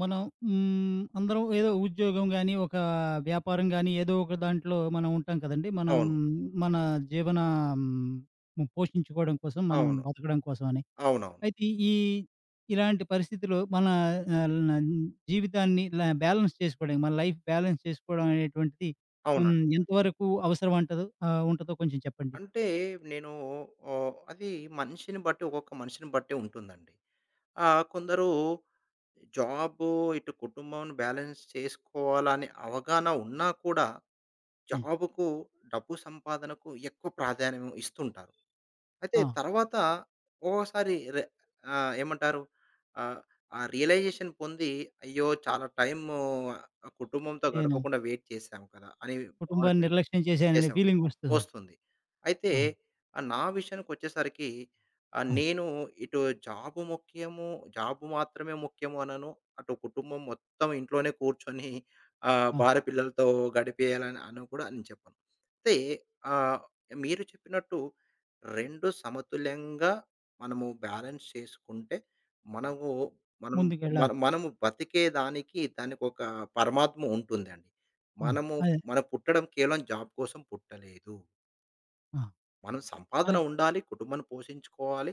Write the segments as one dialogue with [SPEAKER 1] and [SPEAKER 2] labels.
[SPEAKER 1] మనం అందరం ఏదో ఉద్యోగం గాని, ఒక వ్యాపారం గాని, ఏదో ఒక దాంట్లో మనం ఉంటాం కదండీ. మనం
[SPEAKER 2] అవును.
[SPEAKER 1] మన జీవన పోషించుకోవడం కోసం, మనం
[SPEAKER 2] అవును.
[SPEAKER 1] బతకడం కోసం అని.
[SPEAKER 2] అవునవును.
[SPEAKER 1] అయితే ఈ ఇలాంటి పరిస్థితిలో మన ఆహ్, న జీవితాన్ని ఇలా బ్యాలెన్స్ చేసుకోవడానికి, మన లైఫ్ బ్యాలెన్స్ చేసుకోవడం అనేటువంటిది
[SPEAKER 2] అవునండి.
[SPEAKER 1] ఎంతవరకు అవసరం అంటదో ఉంటదో కొంచెం చెప్పండి?
[SPEAKER 2] అంటే నేను అది మనిషిని బట్టి ఒక్కొక్క మనిషిని బట్టి ఉంటుందండి. కొందరు జాబు, ఇటు కుటుంబం బ్యాలెన్స్ చేసుకోవాలని అవగాహన ఉన్నా కూడా
[SPEAKER 1] అవును.
[SPEAKER 2] జాబ్‌కు, డబ్బు సంపాదనకు ఎక్కువ ప్రాధాన్యం ఇస్తుంటారు. అయితే
[SPEAKER 1] ఆ!
[SPEAKER 2] తర్వాత ఒక్కోసారి ఏమంటారు? ఆహ్, ఆ రియలైజేషన్ పొంది అయ్యో! చాలా టైము కుటుంబంతో
[SPEAKER 1] నేను
[SPEAKER 2] గడపకుండా వెయిట్ చేశాం కదా అని
[SPEAKER 1] కుటుంబాన్ని
[SPEAKER 2] బాధపడతారు.
[SPEAKER 1] నిర్లక్ష్యం చేశాననే
[SPEAKER 2] చేసాము.
[SPEAKER 1] ఫీలింగ్ వస్తూ ఉంది.
[SPEAKER 2] వస్తుంది. అయితే
[SPEAKER 1] ఆ!
[SPEAKER 2] నా విషయానికొచ్చేసరికి
[SPEAKER 1] అవును.
[SPEAKER 2] నేను ఇటు జాబు ముఖ్యము, జాబు మాత్రమే ముఖ్యము అనను. అటు కుటుంబం మొత్తం ఇంట్లోనే కూర్చొని
[SPEAKER 1] అవును.
[SPEAKER 2] భార్య పిల్లలతో గడిపేయాలని అని కూడా నేను చెప్పను. అయితే ఆహ్, మీరు చెప్పినట్టు 2 సమతుల్యంగా మనము బ్యాలెన్స్ చేసుకుంటే మనము మనం మన
[SPEAKER 1] ముందుకెళ్ళాలి.
[SPEAKER 2] మనము బతికే దానికొక పరమాత్మ ఉంటుందండి.
[SPEAKER 1] అవును.
[SPEAKER 2] మనము
[SPEAKER 1] అదే.
[SPEAKER 2] మనం పుట్టడం కేవలం జాబ్ కోసం పుట్టలేదు.
[SPEAKER 1] ఆ!
[SPEAKER 2] మనం సంపాదన
[SPEAKER 1] అని
[SPEAKER 2] ఉండాలి, కుటుంబాన్ని పోషించుకోవాలి.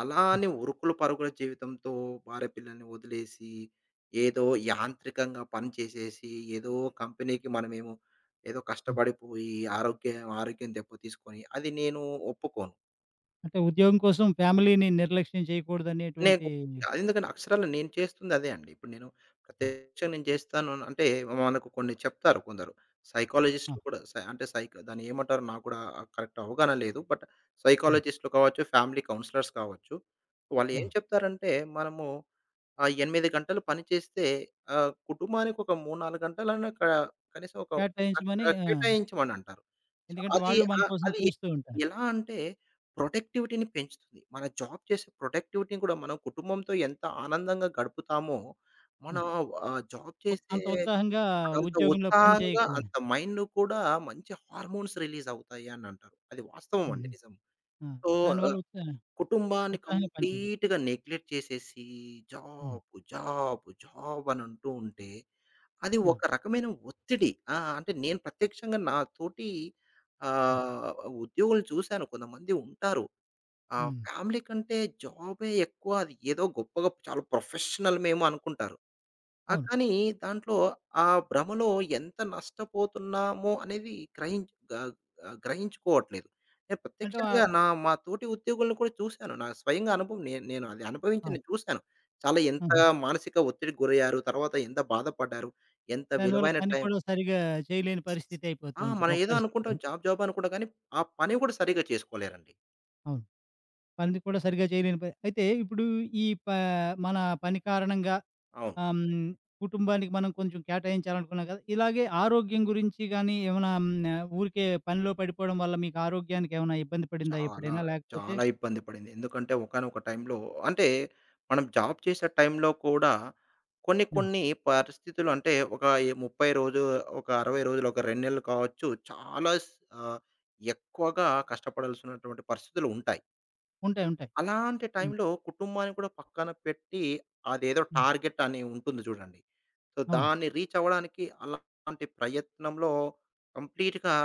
[SPEAKER 2] అలా
[SPEAKER 1] హ్మ్.
[SPEAKER 2] అని ఉరుకుల పరుగుల జీవితంతో భార్య పిల్లల్ని వదిలేసి, ఏదో యాంత్రికంగా పని చేసేసి, ఏదో కంపెనీకి మనమేమో ఏదో
[SPEAKER 1] హ్మ్.
[SPEAKER 2] కష్టపడిపోయి ఆరోగ్యం ఆరోగ్యం దెబ్బతీసుకొని అది నేను ఒప్పుకోను.
[SPEAKER 1] అంటే ఉద్యోగం కోసం ఫ్యామిలీని నిర్లక్ష్యం
[SPEAKER 2] నేను
[SPEAKER 1] చేయకూడదనేటువంటి
[SPEAKER 2] అది ఎందుకంటే అక్షరాలు నేను చేస్తుంది అదే అండి. ఇప్పుడు నేను
[SPEAKER 1] ఆ!
[SPEAKER 2] ప్రత్యక్షంగా నేను చేస్తాను అని అంటే మనకు కొన్ని చెప్తారు కొందరు.
[SPEAKER 1] ఆ!
[SPEAKER 2] సైకాలజిస్ట్‌లు కూడా సై అంటే సైక్ దాన్ని ఏమంటారో నాకు కూడా కరెక్ట్ అవగాహన లేదు. బట్
[SPEAKER 1] హ్మ్.
[SPEAKER 2] సైకాలజిస్ట్‌లు కావచ్చు, ఫ్యామిలీ కౌన్సిలర్స్ కావచ్చు. వాళ్ళు
[SPEAKER 1] ఆ!
[SPEAKER 2] ఏం చెప్తారంటే మనము ఆ 8 గంటలు పని చేస్తే కుటుంబానికి ఒక 3, 4 గంటలన్నా క కనీసం
[SPEAKER 1] కేటాయించమని
[SPEAKER 2] అట్లా
[SPEAKER 1] ఆ!
[SPEAKER 2] కేటాయించమని అంటారు. సో,
[SPEAKER 1] ఎందుకంటే
[SPEAKER 2] అది
[SPEAKER 1] వాళ్ళు మన
[SPEAKER 2] ఆహ్,
[SPEAKER 1] కోసం
[SPEAKER 2] అది ఎ
[SPEAKER 1] చూస్తూ ఉంటారు.
[SPEAKER 2] ఎలా అంటే ప్రొడక్టివిటీని పెంచుతుంది. మన జాబ్ చేసే ప్రొడక్టివిటీని కూడా మనం కుటుంబంతో ఎంత ఆనందంగా గడుపుతామో, మన
[SPEAKER 1] ఆ!
[SPEAKER 2] జాబ్ చేసే
[SPEAKER 1] అంత ఉత్సాహంగా
[SPEAKER 2] అంత
[SPEAKER 1] ఉద్యోగంలో పని
[SPEAKER 2] ఉత్సాహంగా
[SPEAKER 1] చేయగలరు.
[SPEAKER 2] అంత మైండ్ కూడా మంచి హార్మోన్స్ రిలీజ్ అవుతాయి అని అంటారు. అది వాస్తవం అండి
[SPEAKER 1] హుహు.
[SPEAKER 2] నిజం.
[SPEAKER 1] ఆ!
[SPEAKER 2] సో,
[SPEAKER 1] దానివల్ల
[SPEAKER 2] కుటుంబాన్ని
[SPEAKER 1] ఉత్సాహంగా పని చేయ
[SPEAKER 2] కంప్లీట్‌గా నెగ్లెక్ట్ చేసేసి
[SPEAKER 1] హ్మ్.
[SPEAKER 2] జాబ్, జాబ్, జాబ్ అని అంటూ ఉంటే, అది
[SPEAKER 1] ఆ!
[SPEAKER 2] ఒక రకమైన ఒత్తిడి. ఆ! అంటే నేను ప్రత్యక్షంగా నా తోటి
[SPEAKER 1] ఓహ్!
[SPEAKER 2] ఆహ్, ఉద్యోగులను చూసాను. కొంతమంది ఉంటారు. ఆ
[SPEAKER 1] హ్మ్.
[SPEAKER 2] ఫ్యామిలీ కంటే జాబే ఎక్కువ. అది ఏదో గొప్పగా చాలా ప్రొఫెషనల్ మేము అనుకుంటారు. ఆ!
[SPEAKER 1] అవును.
[SPEAKER 2] కానీ దాంట్లో ఆ భ్రమలో ఎంత నష్టపోతున్నామో అనేది గ్రహించ గ గ గ్రహించుకోవట్లేదు. నేను
[SPEAKER 1] అంటే వా
[SPEAKER 2] ప్రత్యక్షంగా మా తోటి ఉద్యోగులను కూడా చూశాను. నా స్వయంగా అనుభవం నేను అది అనుభవించి
[SPEAKER 1] అవును.
[SPEAKER 2] నేను చూశాను. చాలా ఎంత
[SPEAKER 1] హుహు.
[SPEAKER 2] మానసిక ఒత్తిడికి గురయ్యారు. తర్వాత ఎంత బాధపడ్డారు. ఎంత
[SPEAKER 1] దానివల్ల
[SPEAKER 2] విలువైన
[SPEAKER 1] పని
[SPEAKER 2] టైం.
[SPEAKER 1] కూడా సరిగా చేయలేని పరిస్థితి అయిపోతూ
[SPEAKER 2] ఆ!
[SPEAKER 1] ఉంటుంది
[SPEAKER 2] మనం
[SPEAKER 1] ఒక
[SPEAKER 2] ఏదో అనుకుంటాం
[SPEAKER 1] పరిస్థితిలో.
[SPEAKER 2] జాబ్, జాబ్ అనుకుంటాం కానీ ఆ పని కూడా సరిగ్గా చేసుకోలేరండి.
[SPEAKER 1] అవును. పని కూడా సరిగ్గా చేయలేని అయితే ఇప్పుడు ఈ ప మన పని కారణంగా
[SPEAKER 2] అవును.
[SPEAKER 1] హ్మ్. కుటుంబానికి మనం కొంచెం కేటాయించాలనుకున్నాం కదా! ఇలాగే ఆరోగ్యం గురించి గాని ఏమైనా హ్మ్. ఊరికే పనిలో పడిపోవడం వల్ల మీకు ఆరోగ్యానికి ఏమైనా ఇబ్బంది పడిందా
[SPEAKER 2] చాలా,
[SPEAKER 1] ఎప్పుడైనా? లేకపోతే
[SPEAKER 2] చాలా ఇబ్బంది పడింది. ఎందుకంటే ఒకానొక టైంలో అంటే మనం జాబ్ చేసే టైంలో కూడా కొన్ని
[SPEAKER 1] నో.
[SPEAKER 2] కొన్ని పరిస్థితులు అంటే ఒక 30 రోజు, ఒక 60 రోజులు, ఒక 2 నెలలు కావచ్చు. ఆహ్, ఎక్కువగా కష్టపడాల్సినటువంటి పరిస్థితులు ఉంటాయి.
[SPEAKER 1] ఉంటాయి. ఉంటాయి.
[SPEAKER 2] అలాంటి
[SPEAKER 1] హ్మ్.
[SPEAKER 2] టైంలో కుటుంబాన్ని కూడా పక్కన పెట్టి అదేదో
[SPEAKER 1] హ్మ్.
[SPEAKER 2] టార్గెట్ అని ఉంటుంది చూడండి. సో,
[SPEAKER 1] అవును.
[SPEAKER 2] దాన్ని రీచ్ అవ్వడానికి అలాంటి ప్రయత్నంలో కంప్లీట్‌గా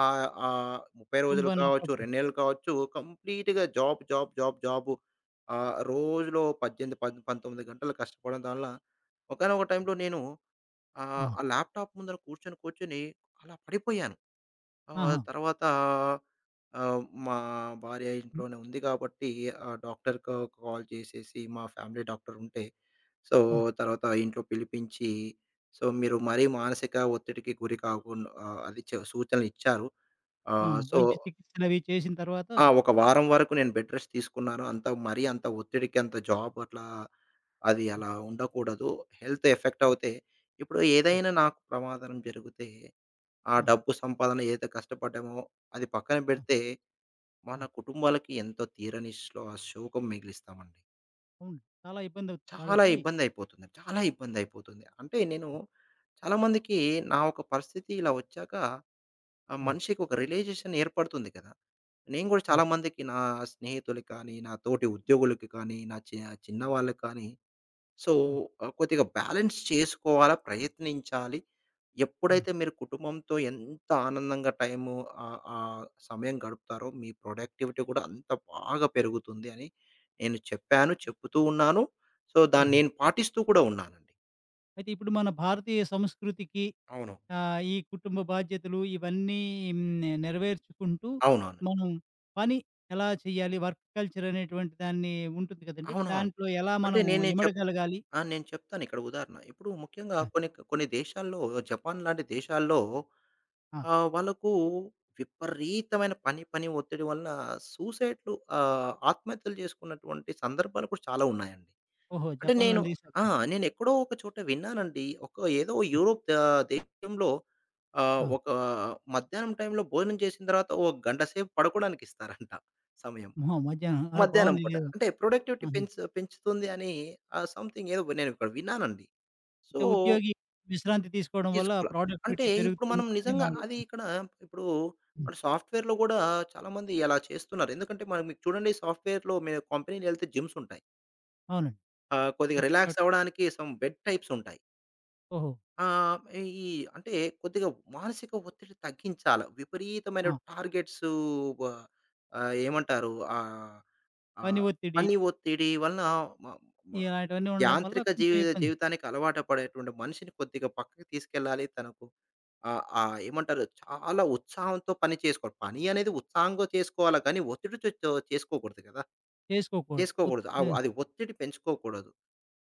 [SPEAKER 2] ఆహ్, ఆహ్, 30 రోజులు
[SPEAKER 1] కుటుంబాన్ని
[SPEAKER 2] కావచ్చు,
[SPEAKER 1] అప్పుడప్పుడు
[SPEAKER 2] 2 నెలలు కావచ్చు కంప్లీట్‌గా జాబ్, జాబ్, జాబ్, జాబు. రోజులో 18, 19 గంటలు కష్టపడడం వల్ల ఒకానొక టైంలో నేను
[SPEAKER 1] ఆ!
[SPEAKER 2] ఆ ల్యాప్‌టాప్ ముందర కూర్చొని అలా పడిపోయాను.
[SPEAKER 1] ఆహా!
[SPEAKER 2] తర్వాత మా భార్య
[SPEAKER 1] హ్మ్.
[SPEAKER 2] ఇంట్లోనే ఉంది కాబట్టి ఆ డాక్టర్‌కి కాల్ చేసేసి మా ఫ్యామిలీ డాక్టర్ ఉంటే, సో,
[SPEAKER 1] అవును.
[SPEAKER 2] తర్వాత ఇంట్లో పిలిపించి, "సో, మీరు మరీ మానసిక ఒత్తిడికి గురి కాకుండా" అది చ సూచనలు ఇచ్చారు.
[SPEAKER 1] ఆ!
[SPEAKER 2] సో,
[SPEAKER 1] వైద్య చికిత్సలవి చేసిన తర్వాత
[SPEAKER 2] ఆ! ఒక వారం వరకు నేను బెడ్ రెస్ట్ తీసుకున్నాను. అంత మరీ అంత ఒత్తిడికి అంత జాబ్ అట్లా అది
[SPEAKER 1] అవును.
[SPEAKER 2] అలా ఉండకూడదు. హెల్త్ ఎఫెక్ట్
[SPEAKER 1] అవును.
[SPEAKER 2] అవుతే ఇప్పుడు
[SPEAKER 1] అవును.
[SPEAKER 2] ఏదైనా నాకు ప్రమాదం జరిగితే ఆ
[SPEAKER 1] ఆ!
[SPEAKER 2] డబ్బు సంపాదన ఏదైతే కష్టపడ్డామో అది పక్కన
[SPEAKER 1] ఆ!
[SPEAKER 2] పెడితే, మన
[SPEAKER 1] అవును.
[SPEAKER 2] కుటుంబాలకి ఎంతో తీరని శోకం మిగిలిస్తామండి.
[SPEAKER 1] అవును. చాలా ఇబ్బందవుతుంది వాళ్ళకి.
[SPEAKER 2] చాలా ఇబ్బందయిపోతుంది. అంటే నేను
[SPEAKER 1] ఆ!
[SPEAKER 2] చాలామందికి నా ఒక పరిస్థితి ఇలా వచ్చాక ఆ
[SPEAKER 1] ఆ!
[SPEAKER 2] మనిషికి ఒక రియలైజేషన్ ఏర్పడుతుంది కదా! నేను గూడా
[SPEAKER 1] అవును.
[SPEAKER 2] చాలామందికి నా స్నేహితులకి కానీ, నా తోటి ఉద్యోగులకి కానీ, నా చి చిన్న వాళ్ళకి కానీ సో,
[SPEAKER 1] అవును.
[SPEAKER 2] కొద్దిగా బ్యాలెన్స్ చేసుకోవాలా, ప్రయత్నించాలి.
[SPEAKER 1] అవును.
[SPEAKER 2] ఎప్పుడైతే మీరు కుటుంబంతో ఎంత ఆనందంగా ఆహ్, ఆహ్, సమయం గడుపుతారో, మీ ప్రొడక్టివిటీ కూడా అంత బాగా పెరుగుతుంది అని నేను చెప్తూ ఉన్నాను. సో, దాన్ని
[SPEAKER 1] ఆహా!
[SPEAKER 2] నేను పాటిస్తూ కూడా ఉన్నానండి.
[SPEAKER 1] అయితే ఇప్పుడు మన భారతీయ సంస్కృతికి
[SPEAKER 2] అవును.
[SPEAKER 1] ఈ కుటుంబ బాధ్యతలు ఇవన్నీ నెరవేర్చుకుంటూ
[SPEAKER 2] అవునవును.
[SPEAKER 1] మనం పని ఎలా చేయాలి? వర్క్ కల్చర్ అనేటువంటి దాన్ని ఉంటుంది కదండీ!
[SPEAKER 2] అవునవును.
[SPEAKER 1] దాంట్లో ఎలా
[SPEAKER 2] అంటే
[SPEAKER 1] మనం
[SPEAKER 2] నేనే చెప్
[SPEAKER 1] ఇమడగలగాలి?
[SPEAKER 2] ఆ! నేను చెప్తాను ఇక్కడ ఉదాహరణ. ఇప్పుడు ముఖ్యంగా
[SPEAKER 1] ఆ!
[SPEAKER 2] కొన్ని దేశాల్లో జపాన్ లాంటి దేశాల్లో
[SPEAKER 1] ఆ!
[SPEAKER 2] ఆ! వాళ్ళకు విపరీతమైన పని ఒత్తిడి వలన సూసైడ్‌లు ఆత్మహత్యలు చేసుకున్నటువంటి సందర్భాలు కూడా చాలా ఉన్నాయండి.
[SPEAKER 1] ఓహో!
[SPEAKER 2] అంటే
[SPEAKER 1] జపాన్‌లో
[SPEAKER 2] నేను ఆ!
[SPEAKER 1] తీశారు.
[SPEAKER 2] నేనెక్కడో ఒక చోట విన్నానండి. ఒక ఏదో యూరోప్ దేశంలో
[SPEAKER 1] ఆ!
[SPEAKER 2] ఒక మధ్యాహ్నం టైంలో భోజనం చేసిన తర్వాత ఒక గంట సేపు పడుకోవడానికి ఇస్తారంట సమయం.
[SPEAKER 1] మధ్యాహ్నం ఆ!
[SPEAKER 2] మధ్యాహ్నం
[SPEAKER 1] బావుంది
[SPEAKER 2] పూట.
[SPEAKER 1] ఇదేదో.
[SPEAKER 2] అంటే ప్రొడక్టివిటీ
[SPEAKER 1] ఆహా!
[SPEAKER 2] పెంచ్ పెంచుతుంది అని సంథింగ్ ఏదో నేను ఇక్కడ విన్నానండి. సో,
[SPEAKER 1] అంటే ఉద్యోగి విశ్రాంతి తీసుకోవడం వల్ల
[SPEAKER 2] తీసుకోల. అంటే
[SPEAKER 1] ప్రొడక్టివిటీ
[SPEAKER 2] ఇప్పుడు మనం
[SPEAKER 1] పెరుగుతుంది అని
[SPEAKER 2] నిజంగా
[SPEAKER 1] వాళ్ళ
[SPEAKER 2] అది
[SPEAKER 1] ఉద్దేశం.
[SPEAKER 2] ఇక్కడ ఇప్పుడు
[SPEAKER 1] హ్మ్.
[SPEAKER 2] మన సాఫ్ట్‌వేర్‌లో గూడా చాలామంది అలా చేస్తున్నారు. ఎందుకంటే మనం మీకు చూడండి సాఫ్ట్‌వేర్‌లో మీరు కంపెనీలెళ్తే జిమ్స్ ఉంటాయి.
[SPEAKER 1] అవునండి.
[SPEAKER 2] కొద్దిగా
[SPEAKER 1] ప్రతి చోట
[SPEAKER 2] రిలాక్స్ అవ్వడానికి సమ్ బెడ్ టైప్స్ ఉంటాయి.
[SPEAKER 1] ఓహో!
[SPEAKER 2] ఆహ్, ఈ అంటే కొద్దిగా మానసిక ఒత్తిడి తగ్గించాల. విపరీతమైన
[SPEAKER 1] ఆ!
[SPEAKER 2] టార్గెట్స్ వ ఆహ్, ఏమంటారు? ఆహ్,
[SPEAKER 1] పని
[SPEAKER 2] ఆహ్,
[SPEAKER 1] ఒత్తిడి
[SPEAKER 2] పని ఒత్తిడి వలన మ మ
[SPEAKER 1] ఇలాంటివన్నీ ఉండడం వల్ల
[SPEAKER 2] యాంత్రిక
[SPEAKER 1] కొంచెం
[SPEAKER 2] జీవి
[SPEAKER 1] ఇబ్బంది.
[SPEAKER 2] జీవితానికి అలవాటు పడేటువంటి మనిషిని కొద్దిగా పక్కకి తీసుకెళ్ళాలి. తనకు ఆహ్, ఆహ్, ఏమంటారు, చాలా ఉత్సాహంతో పని చేసుకోవాలి. పని అనేది ఉత్సాహంగా చేసుకోవాలి కానీ ఒత్తిడితో చేసుకోకూడదు కదా!
[SPEAKER 1] చేసుకోకూడదు.
[SPEAKER 2] చేసుకోకూడదు. ఆవ్ అది ఒత్తిడి పెంచుకోకూడదు.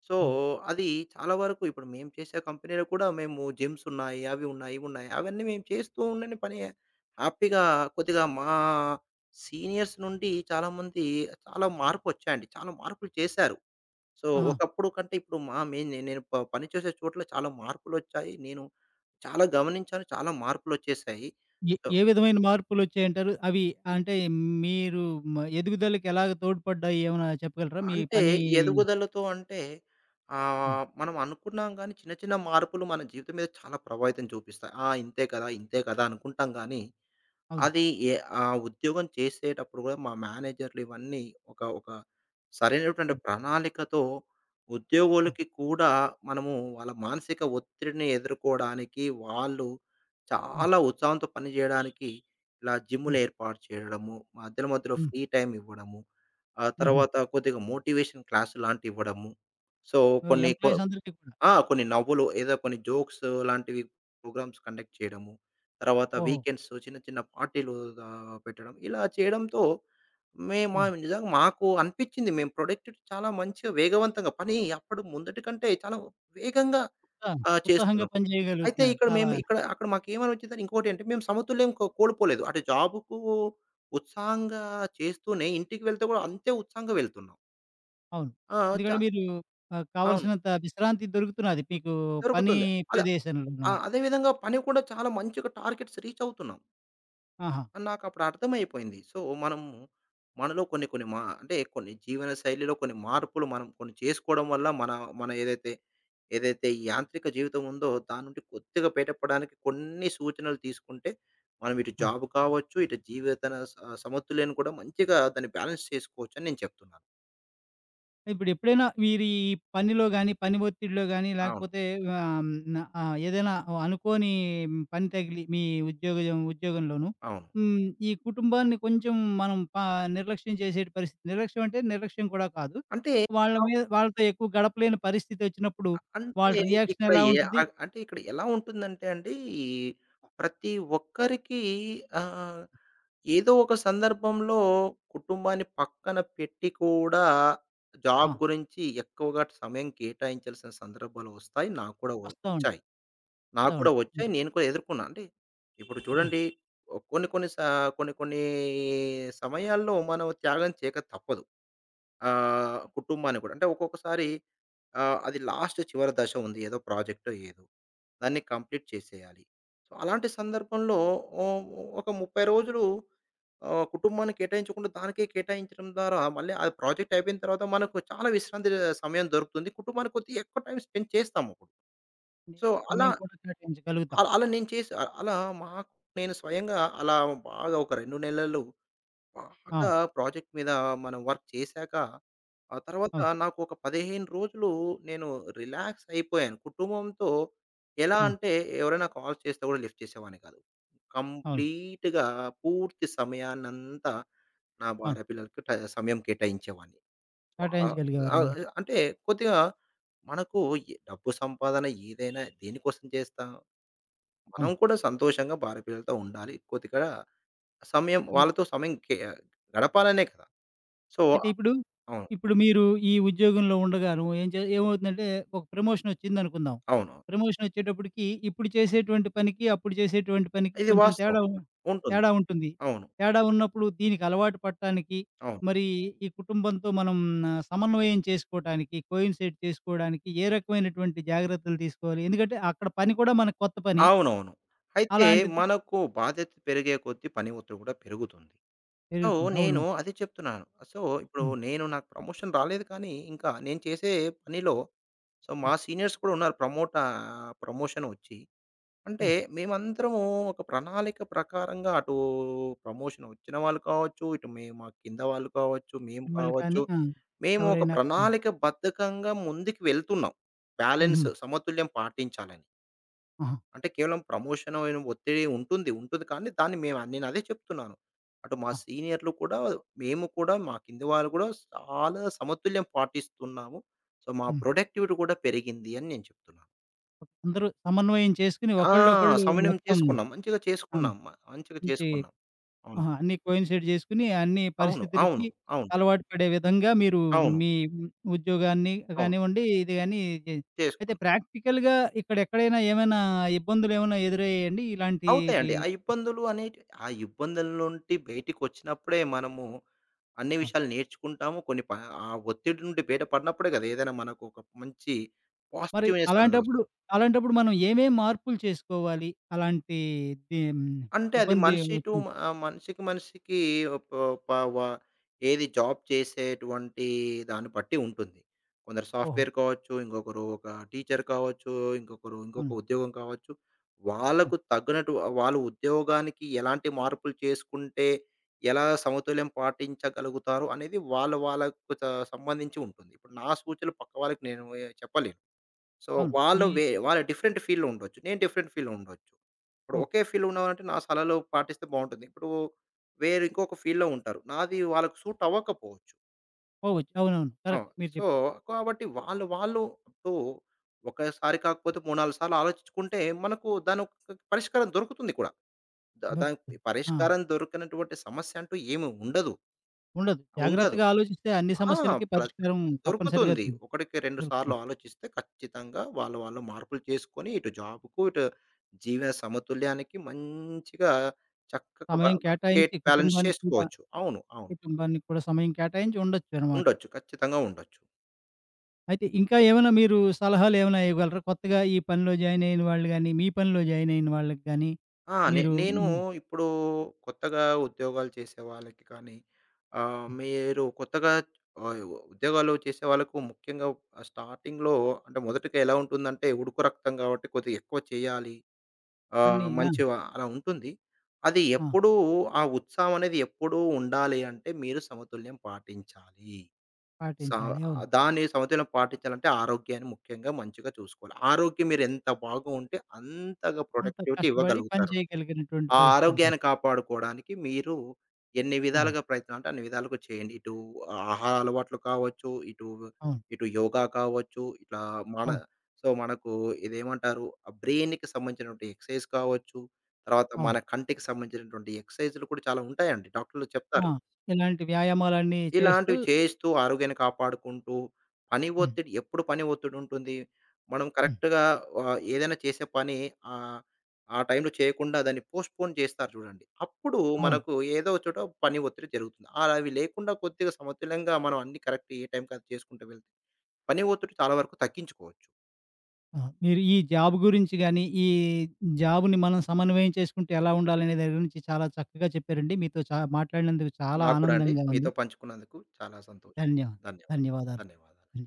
[SPEAKER 2] సో,
[SPEAKER 1] అవును.
[SPEAKER 2] అది చాలా వరకు ఇప్పుడు మేము చేసే కంపెనీలో కూడా మేము జిమ్స్ ఉన్నాయి. అవి ఉన్నాయి, ఇవి ఉన్నాయి. అవన్నీ మేము చేస్తూ ఉండని పని హ్యాపీగా కొద్దిగా మా సీనియర్స్ నుండి చాలామంది చాలా మార్పొచ్చాయండి. చాలా మార్పులు చేశారు. సో,
[SPEAKER 1] ఆహా!
[SPEAKER 2] ఒకప్పుడు కంటే ఇప్పుడు మా మెయిన్ నేను పని చేసే చోట్ల చాలా మార్పులొచ్చాయి. నేను చాలా గమనించాను. చాలా మార్పులొచ్చేశాయి.
[SPEAKER 1] ఏ
[SPEAKER 2] సో,
[SPEAKER 1] ఏ విధమైన మార్పులొచ్చాయంటారు? అవి అంటే మీరు ఎదుగుదలకి ఎలాగ తోడ్పడ్డాయి ఏమైనా చెప్పగలరా? మీ
[SPEAKER 2] అంటే
[SPEAKER 1] పని
[SPEAKER 2] ఎదుగుదలతో అంటే
[SPEAKER 1] హ్మ్.
[SPEAKER 2] మనం అనుకున్నాం గానీ చిన్న చిన్న మార్పులు మన జీవితం మీద చాలా ప్రభావితం చూపిస్తాయి. ఆ! ఇంతే కదా అనుకుంటాం గానీ
[SPEAKER 1] అవును.
[SPEAKER 2] అది ఏ ఆ ఉద్యోగం చేసేటప్పుడు గూడా మా మేనేజర్‌లు ఇవన్నీ ఒక ఒక సరైనటువంటి
[SPEAKER 1] ఆ!
[SPEAKER 2] ప్రణాళికతో
[SPEAKER 1] ఆ!
[SPEAKER 2] ఉద్యోగులకి కూడా మనము వాళ్ళ మానసిక ఒత్తిడిని ఎదుర్కోవడానికి, వాళ్ళు
[SPEAKER 1] హ్మ్.
[SPEAKER 2] చాలా ఉత్సాహంతో పనిజేయడానికి ఇలా జిమ్‌లు
[SPEAKER 1] హ్మ్.
[SPEAKER 2] ఏర్పాటు చేయడము, మధ్యలో మధ్యలో
[SPEAKER 1] హ్మ్.
[SPEAKER 2] ఫ్రీ టైమ్ ఇవ్వడము, ఆ
[SPEAKER 1] హుహు.
[SPEAKER 2] తర్వాత కొద్దిగా మోటివేషన్ క్లాస్ లాంటివి ఇవ్వడము. సో,
[SPEAKER 1] ఓహ్!
[SPEAKER 2] కొన్ని కొ
[SPEAKER 1] ఎంప్లాయీస్ అందరికీ కూడా.
[SPEAKER 2] ఆ! కొన్ని నవ్వులు ఏదో కొన్ని జోక్స్ లాంటివి ప్రోగ్రామ్స్ కండక్ట్ చేయడము. తర్వాత
[SPEAKER 1] ఓహో!
[SPEAKER 2] వీకెండ్స్ చిన్న చిన్న పార్టీలు పెట్టడం. ఇలా చేయడంతో మేము మా
[SPEAKER 1] అవును.
[SPEAKER 2] నిజంగా మాకు అనిపించింది. మేము ప్రొడక్ట్ చాలా మంచిగా వేగవంతంగా పని అప్పుడు ముందటి కంటే చాలా వేగంగా
[SPEAKER 1] ఆ! ఉత్సాహంగా
[SPEAKER 2] చేస్తున్నాం.
[SPEAKER 1] పని
[SPEAKER 2] అయితే
[SPEAKER 1] చేయగలుగుతున్నారు.
[SPEAKER 2] ఇక్కడ
[SPEAKER 1] చాలా
[SPEAKER 2] మేము ఇక్కడ అక్కడ మాకేమనిపించిందంటే ఇంకోటేంటే మేము సమతుల్యం కో కోల్పోలేదు. అటు జాబ్‌కు ఉత్సాహంగా చేస్తూనే ఇంటికి వెళ్తే కూడా అంతే ఉత్సాహంగా వెళ్తున్నాం.
[SPEAKER 1] అవును.
[SPEAKER 2] ఆ! చ
[SPEAKER 1] ఎందుకంటే మీరు
[SPEAKER 2] అవును.
[SPEAKER 1] కావాల్సినంత విశ్రాంతి దొరుకుతున్నది మీకు పని
[SPEAKER 2] దొరుకుతుంది. అది ఆ!
[SPEAKER 1] ప్రదేశంలోనమాట.
[SPEAKER 2] అదే విధంగా పని కూడా చాలా మంచిగా టార్గెట్స్ రీచ్ అవుతున్నాం.
[SPEAKER 1] ఆహా!
[SPEAKER 2] అని నాకప్పుడు అర్థమైపోయింది. సో, మనము మనలో కొన్ని కొన్ని మా అంటే కొన్ని జీవన శైలిలో కొన్ని మార్పులు మనం కొన్ని చేసుకోవడం వల్ల మన మన ఏదైతే, ఏదైతే ఈ యాంత్రిక జీవితం ఉందో దాని నుండి కొద్దిగా బయటపడడానికి కొన్ని సూచనలు తీసుకుంటే మనం ఇటు
[SPEAKER 1] ఆ!
[SPEAKER 2] జాబ్ కావచ్చు, ఇటు జీవితన స సమతుల్యాన్ని కూడా మంచిగా దాన్ని బ్యాలెన్స్ చేసుకోవచ్చని నేను చెప్తున్నాను.
[SPEAKER 1] ఇప్పుడెప్పుడైనా వీరి ఈ పనిలో గాని, పని ఒత్తిడిలో గాని,
[SPEAKER 2] అవును.
[SPEAKER 1] లేకపోతే ఏదైనా అనుకోని పని తగిలి మీ ఉద్యోగంలోను
[SPEAKER 2] అవును.
[SPEAKER 1] హ్మ్, ఈ కుటుంబాన్ని కొంచెం మనం నిర్లక్ష్యం చేసేటి పరిస్థితి. నిర్లక్ష్యం అంటే నిర్లక్ష్యం కూడా కాదు.
[SPEAKER 2] అంటే
[SPEAKER 1] వాళ్ళ మీద వాళ్ళతో ఎక్కువ గడపలేని పరిస్థితి వచ్చినప్పుడు
[SPEAKER 2] అంటే
[SPEAKER 1] వాళ్ళ రియాక్షన్
[SPEAKER 2] ఇక్కడ
[SPEAKER 1] ఎలా
[SPEAKER 2] ఏ
[SPEAKER 1] ఉంటుంది?
[SPEAKER 2] ఆహ్, అంటే ఇక్కడ ఎలా ఉంటుందంటే అండి, ప్రతి ఒక్కరికి ఆహ్, ఏదో ఒక సందర్భంలో కుటుంబాన్ని పక్కన పెట్టి కూడా
[SPEAKER 1] ఆ!
[SPEAKER 2] జాబ్ గురించి ఎక్కువగా సమయం కేటాయించాల్సిన సందర్భాలు వస్తాయి. నాకు కూడా
[SPEAKER 1] వస్తా ఉంటాయి.
[SPEAKER 2] వచ్చాయి.
[SPEAKER 1] వస్తా
[SPEAKER 2] నాకు కూడా
[SPEAKER 1] ఉంటాయి.
[SPEAKER 2] వచ్చాయి.
[SPEAKER 1] హ్మ్.
[SPEAKER 2] నేను కూడా ఎదుర్కొన్నా. అంటే ఇప్పుడు
[SPEAKER 1] ఆ!
[SPEAKER 2] చూడండి ఒ- కొన్ని కొన్ని స కొన్ని కొన్ని సమయాల్లో మనం త్యాగం చేయక తప్పదు. కుటుంబాన్ని కూడా. అంటే ఒక్కొక్కసారి అది చివరి దశ ఉంది. ఏదో ప్రాజెక్టో ఏదో. దాన్ని కంప్లీట్ చేసేయాలి. సో, అలాంటి సందర్భంలో ఓహ్, ఒక 30 రోజులు కుటుంబాన్ని కేటాయించకుండా దానికే కేటాయించడం ద్వారా మళ్ళీ ఆ ప్రాజెక్ట్ అయిపోయిన తర్వాత మనకు చాలా విశ్రాంతి సమయం దొరుకుతుంది. కుటుంబానికి కొద్దిగా ఎక్కువ టైం స్పెండ్ చేస్తాము అప్పుడు. సో, అలా
[SPEAKER 1] సమయం కూడా కేటాయించగలుగుతాం.
[SPEAKER 2] అ- అలా నేను చేసి అ- అలా మాకు నేను స్వయంగా అలా బాగా ఒక 2 నెలలు
[SPEAKER 1] ఆ!
[SPEAKER 2] బాగా ప్రాజెక్ట్ మీద మనం వర్క్ చేశాక, ఆ తర్వాత
[SPEAKER 1] అవును.
[SPEAKER 2] నాకు ఒక 15 రోజులు నేను రిలాక్స్ అయిపోయాను. కుటుంబంతో ఎలా
[SPEAKER 1] అవును.
[SPEAKER 2] అంటే ఎవరైనా కాల్ చేస్తే కూడా లిఫ్ట్ చేసేవాడిని కాదు.
[SPEAKER 1] అవును.
[SPEAKER 2] కంప్లీట్‌గా పూర్తి సమయాన్నంతా నా
[SPEAKER 1] అవును.
[SPEAKER 2] భార్య పిల్లలకి ట సమయం కేటాయించేవాడిని. ఆహ్, ఆహ్,
[SPEAKER 1] కేటాయించగలిగేవారనమాట.
[SPEAKER 2] అంటే కొద్దిగా మనకు డబ్బు సంపాదన ఏదైనా దేనికోసం చేస్తాం? మనం
[SPEAKER 1] అవును.
[SPEAKER 2] కూడా సంతోషంగా భార్య పిల్లలతో ఉండాలి. కొద్దిగా సమయం వాళ్ళతో సమయం కే గడపాలనే కదా! సో,
[SPEAKER 1] అయితే
[SPEAKER 2] అవును.
[SPEAKER 1] ఇప్పుడు మీరు ఈ ఉద్యోగంలో ఉండగాను ఏం ఏమవుతుందంటే ఒక ప్రమోషన్ వచ్చిందనుకుందాం.
[SPEAKER 2] అవును.
[SPEAKER 1] ప్రమోషన్ వచ్చేటప్పటికి ఇప్పుడు చేసేటువంటి పనికి, అప్పుడు చేసేటువంటి పనికి
[SPEAKER 2] ఇది
[SPEAKER 1] కొంచెం
[SPEAKER 2] వాస్తవం.
[SPEAKER 1] తేడా
[SPEAKER 2] ఉంటుంది.
[SPEAKER 1] తేడా ఉంటుంది.
[SPEAKER 2] అవును.
[SPEAKER 1] తేడా ఉన్నప్పుడు దీనికి అలవాటు పడటానికి,
[SPEAKER 2] అవును.
[SPEAKER 1] మరి ఈ కుటుంబంతో మనం సమన్వయం చేసుకోవటానికి, కోయిన్సైడ్ చేసుకోవడానికి ఏ రకమైనటువంటి జాగ్రత్తలు తీసుకోవాలి? ఎందుకంటే అక్కడ పని కూడా మనకు కొత్త పని.
[SPEAKER 2] అవునవును. అయితే
[SPEAKER 1] అలాంటిది
[SPEAKER 2] మనకు బాధ్యత పెరిగే కొద్దీ పని ఒత్తిడి కూడా పెరుగుతుంది. సో,
[SPEAKER 1] పెరుగుతుంది. అవును.
[SPEAKER 2] నేను అదే చెప్తున్నాను. సో, ఇప్పుడు
[SPEAKER 1] హ్మ్.
[SPEAKER 2] నాకు ప్రమోషన్ రాలేదు కానీ, ఇంకా నేను చేసే పనిలో సో, మా
[SPEAKER 1] హ్మ్.
[SPEAKER 2] సీనియర్స్ కూడా ఉన్నారు. ప్రమోషన్ వచ్చి
[SPEAKER 1] ఆ!
[SPEAKER 2] అంటే మేమందరము ఒక ప్రణాళిక ప్రకారంగా అటు ప్రమోషన్ వచ్చిన వాళ్ళు కావచ్చు, ఇటు మేము మా కింద వాళ్ళు కావచ్చు, మేము
[SPEAKER 1] వాళ్ళు కానీ
[SPEAKER 2] కావచ్చు.
[SPEAKER 1] ఆ!
[SPEAKER 2] మేము ఒక
[SPEAKER 1] ఎవరైనా హ్మ్.
[SPEAKER 2] ప్రణాళిక బద్ధకంగా ముందుకు వెళ్తున్నాం.
[SPEAKER 1] హుహు.
[SPEAKER 2] బ్యాలెన్స్ సమతుల్యం పాటించాలని.
[SPEAKER 1] ఆహా!
[SPEAKER 2] అంటే కేవలం ప్రమోషన్ అయిన ఒత్తిడి ఉంటుంది. ఉంటుంది కానీ దాన్ని మేము నేను అదే చెప్తున్నాను. అటు మా
[SPEAKER 1] ఆ!
[SPEAKER 2] సీనియర్‌లు కూడా మేము కూడా మా కింది వాళ్ళు కూడా చాలా సమతుల్యం పాటిస్తున్నాము. సో, మా
[SPEAKER 1] హ్మ్.
[SPEAKER 2] ప్రొడక్టివిటీ కూడా పెరిగింది అని నేను చెప్తున్నాను.
[SPEAKER 1] అందరూ సమన్వయం చేసుకొని
[SPEAKER 2] ఆ!
[SPEAKER 1] ఒకళ్ళొకళ్ళు
[SPEAKER 2] సమన్వయం
[SPEAKER 1] మొత్తం
[SPEAKER 2] చేసుకున్నాం. మంచిగా
[SPEAKER 1] ఆ!
[SPEAKER 2] చేసుకున్నాం. మంచిగా
[SPEAKER 1] మంచి
[SPEAKER 2] చేసుకున్నాం.
[SPEAKER 1] ఆహా!
[SPEAKER 2] అవునండి.
[SPEAKER 1] అన్నీ కోయిన్సైడ్ చేసుకొని, అన్ని
[SPEAKER 2] అవును.
[SPEAKER 1] పరిస్థితులకి
[SPEAKER 2] అవును. అవును.
[SPEAKER 1] అలవాటు పడే విధంగా మీరు
[SPEAKER 2] అవును.
[SPEAKER 1] మీ ఉద్యోగాన్ని
[SPEAKER 2] అవును.
[SPEAKER 1] కానివ్వండి, ఇది గాని చే అయితే
[SPEAKER 2] చేసుకున్నాం.
[SPEAKER 1] ప్రాక్టికల్‌గా ఇక్కడెక్కడైనా ఏమైనా ఇబ్బందులేమైనా ఎదురయ్యాయండి? ఇలాంటివి
[SPEAKER 2] అవుతాయండి. ఆ ఇబ్బందుల నుండి బయటికొచ్చినప్పుడే మనము అన్ని
[SPEAKER 1] ఆ!
[SPEAKER 2] విషయాలు నేర్చుకుంటాము. కొన్ని ప ఆ ఒత్తిడి నుండి బయట పడినప్పుడే కదా! ఏదైనా మనకు ఒక మంచి
[SPEAKER 1] మరి
[SPEAKER 2] పాజిటివ్‌నెస్ అనేది
[SPEAKER 1] అలాంటప్పుడు
[SPEAKER 2] వస్తుంది.
[SPEAKER 1] అలాంటప్పుడు మనం ఏమేం మార్పులు చేసుకోవాలి? అలాంటి ది
[SPEAKER 2] అంటే అది
[SPEAKER 1] ఇబ్బంది వచ్చినప్పుడు?
[SPEAKER 2] మనిషికి మనిషికి ఒప్ ప వ ఏది జాబ్ చేసేటువంటి దాన్ని బట్టి ఉంటుంది. కొందరు
[SPEAKER 1] ఓహో!
[SPEAKER 2] సాఫ్ట్‌వేర్ కావచ్చు, ఇంకొకరు ఒక టీచర్ కావచ్చు, ఇంకొకరు ఇంకొక
[SPEAKER 1] అవును.
[SPEAKER 2] ఉద్యోగం కావచ్చు.
[SPEAKER 1] అవును.
[SPEAKER 2] వాళ్ళకు తగ్గినట్టు వాళ్ళు ఉద్యోగానికి ఎలాంటి మార్పులు చేసుకుంటే, ఎలా సమతుల్యం పాటించగలుగుతారు అనేది వాళ్ళకు సంబంధించి ఉంటుంది. ఇప్పుడు నా సూచనలు పక్క వాళ్ళకి నేను ఏ- చెప్పలేను. సో,
[SPEAKER 1] అవును. మీ
[SPEAKER 2] వాళ్ళు డిఫరెంట్ ఫీల్డ్‌లో ఉండొచ్చు. నేను డిఫరెంట్ ఫీల్డ్‌లో ఉండొచ్చు. ఇప్పుడు
[SPEAKER 1] ఓకే.
[SPEAKER 2] ఒకే ఫీల్డ్‌లో ఉన్నామంటే నా సలహాలు పాటిస్తే బావుంటుంది. ఇప్పుడు వేరు ఇంకొక ఫీల్డ్‌లో ఉంటారు. నాది వాళ్ళకి సూట్ అవ్వకపోవచ్చు.
[SPEAKER 1] పోవచ్చు. అవునవును.
[SPEAKER 2] ఆ!
[SPEAKER 1] కరెక్ట్ మీరు
[SPEAKER 2] సో,
[SPEAKER 1] చెప్పింది.
[SPEAKER 2] కాబట్టి వాళ్ళు వాళ్ళు ఇప్పుడు ఒకసారి కాకపోతే 3, 4 సార్లు ఆలోచించుకుంటే మనకు దానొక పరిష్కారం దొరుకుతుంది కూడా. దానికి
[SPEAKER 1] దొరుకుతుంది. ఆ!
[SPEAKER 2] పరిష్కారం దొరకనటువంటి సమస్య అంటూ ఏమి ఉండదు.
[SPEAKER 1] ఉండదు.
[SPEAKER 2] ఉండదు.
[SPEAKER 1] జాగ్రత్తగా ఆలోచిస్తే అన్ని
[SPEAKER 2] ఆ!
[SPEAKER 1] సమస్యలకి
[SPEAKER 2] ప్ర
[SPEAKER 1] పరిష్కారం తప్పనిసరిగా
[SPEAKER 2] దొరుకుతుంది. ఒకటికి 2 సార్లు
[SPEAKER 1] దొరుకుతుంది.
[SPEAKER 2] ఆలోచిస్తే ఖచ్చితంగా వాళ్ళు వాళ్ళు మార్పులు చేసుకొని ఇటు జాబ్‌కు, ఇటు జీవన సమతుల్యానికి మంచిగా చక్కగా బ
[SPEAKER 1] సమయం
[SPEAKER 2] బ
[SPEAKER 1] కేటాయించి
[SPEAKER 2] బ్యాలెన్స్
[SPEAKER 1] కుటుంబానికి కూడా
[SPEAKER 2] చేసుకోవచ్చు. అవును. అవును.
[SPEAKER 1] కుటుంబానికి కూడా సమయం కేటాయించి ఉండొచ్చనమాట.
[SPEAKER 2] ఉండొచ్చు. ఖచ్చితంగా ఉండొచ్చు.
[SPEAKER 1] అయితే ఇంకా ఏమైనా మీరు సలహాలేమైనా ఇవ్వగలరా? కొత్తగా ఈ పనిలో జాయిన్ అయిన వాళ్ళు గాని, మీ పనిలో జాయిన్ అయిన వాళ్ళకి గాని
[SPEAKER 2] ఆ! నే
[SPEAKER 1] మీరు
[SPEAKER 2] నేను
[SPEAKER 1] హ్మ్.
[SPEAKER 2] ఇప్పుడు కొత్తగా ఉద్యోగాలు చేసే వాళ్ళకి కానీ, మీరు కొత్తగా ఆహ్, ఉద్యోగాలు చేసే వాళ్ళకు ముఖ్యంగా స్టార్టింగ్‌లో అంటే మొదటిగా ఎలా ఉంటుందంటే ఉడుకు రక్తం కాబట్టి కొద్దిగా ఎక్కువ చేయాలి.
[SPEAKER 1] పని ఆ!
[SPEAKER 2] మంచి వ అలా ఉంటుంది. అది
[SPEAKER 1] ఆ!
[SPEAKER 2] ఎప్పుడూ ఆ ఉత్సాహం అనేది ఎప్పుడూ ఉండాలి అంటే మీరు సమతుల్యం పాటించాలి. స
[SPEAKER 1] పాటించాలి. అవును.
[SPEAKER 2] దాన్ని సమతుల్యం పాటించాలంటే ఆరోగ్యాన్ని ముఖ్యంగా మంచిగా చూసుకోవాలి. ఆరోగ్యం మీరెంత బాగా ఉంటే అంతగా
[SPEAKER 1] అంత
[SPEAKER 2] ప్రొడక్టివిటీ
[SPEAKER 1] కష్టపడి పని
[SPEAKER 2] ఇవ్వగలుగుతారు.
[SPEAKER 1] చేయగలిగినటువంటి
[SPEAKER 2] ఆ
[SPEAKER 1] పరిస్థితి ఉంటుంది.
[SPEAKER 2] ఆరోగ్యాన్ని కాపాడుకోవడానికి మీరు ఎన్ని
[SPEAKER 1] అవును.
[SPEAKER 2] విధాలుగా ప్రయత్నం అంటే అన్ని విధాలుగా చేయండి. ఇటు ఆహార అలవాట్లు కావచ్చు, ఇటు
[SPEAKER 1] అవును.
[SPEAKER 2] ఇటు యోగా కావచ్చు, ఇట్లా మన
[SPEAKER 1] అవును.
[SPEAKER 2] సో, మనకు ఇదేమంటారు ఆ బ్రెయిన్‌కి సంబంధించినటువంటి ఎక్సర్సైజ్ కావచ్చు, తర్వాత
[SPEAKER 1] అవును.
[SPEAKER 2] మన కంటికి సంబంధించినటువంటి ఎక్సర్సైజ్‌లు కూడా చాలా ఉంటాయండి. డాక్టర్లు
[SPEAKER 1] ఆ!
[SPEAKER 2] చెప్తారు.
[SPEAKER 1] ఇలాంటి వ్యాయామాలన్నీ చేస్తూ
[SPEAKER 2] ఇలాంటివి చేస్తూ ఆరోగ్యాన్ని కాపాడుకుంటూ, పని
[SPEAKER 1] హ్మ్.
[SPEAKER 2] ఒత్తిడి ఎప్పుడు పని ఒత్తిడుంటుంది. మనం
[SPEAKER 1] హ్మ్.
[SPEAKER 2] కరెక్ట్‌గా ఏదైనా చేసే పని ఆహ్, ఆ టైంలో చేయకుండా దాన్ని పోస్ట్‌పోన్ చేస్తారు చూడండి. అప్పుడు
[SPEAKER 1] అవును.
[SPEAKER 2] మనకు ఏదో ఒక చోట పని ఒత్తిడి జరుగుతుంది. అలా అవి లేకుండా కొద్దిగా సమతుల్యంగా మనం అన్నీ కరెక్ట్ ఏ టైంకి అది చేసుకుంటూ వెళ్తే, పని ఒత్తిడి చాలా వరకు తగ్గించుకోవచ్చు.
[SPEAKER 1] ఆ! మీరు ఈ జాబ్ గురించి గాని, ఈ జాబ్‌ని మనం సమన్వయం చేసుకుంటే ఎలా ఉండాలనే దాని గురించి చాలా చక్కగా చెప్పారండి. మీతో మాట్లాడినందుకు చాలా
[SPEAKER 2] నాకు కూడా అండి
[SPEAKER 1] ఆనందంగా ఉంది.
[SPEAKER 2] మీతో పంచుకున్నందుకు చాలా సంతోషం.
[SPEAKER 1] ధన్యవా
[SPEAKER 2] ధన్యవాదాలు.
[SPEAKER 1] ధన్యవాదాలు.
[SPEAKER 2] ధన్యవాదాలు.
[SPEAKER 1] ధన్య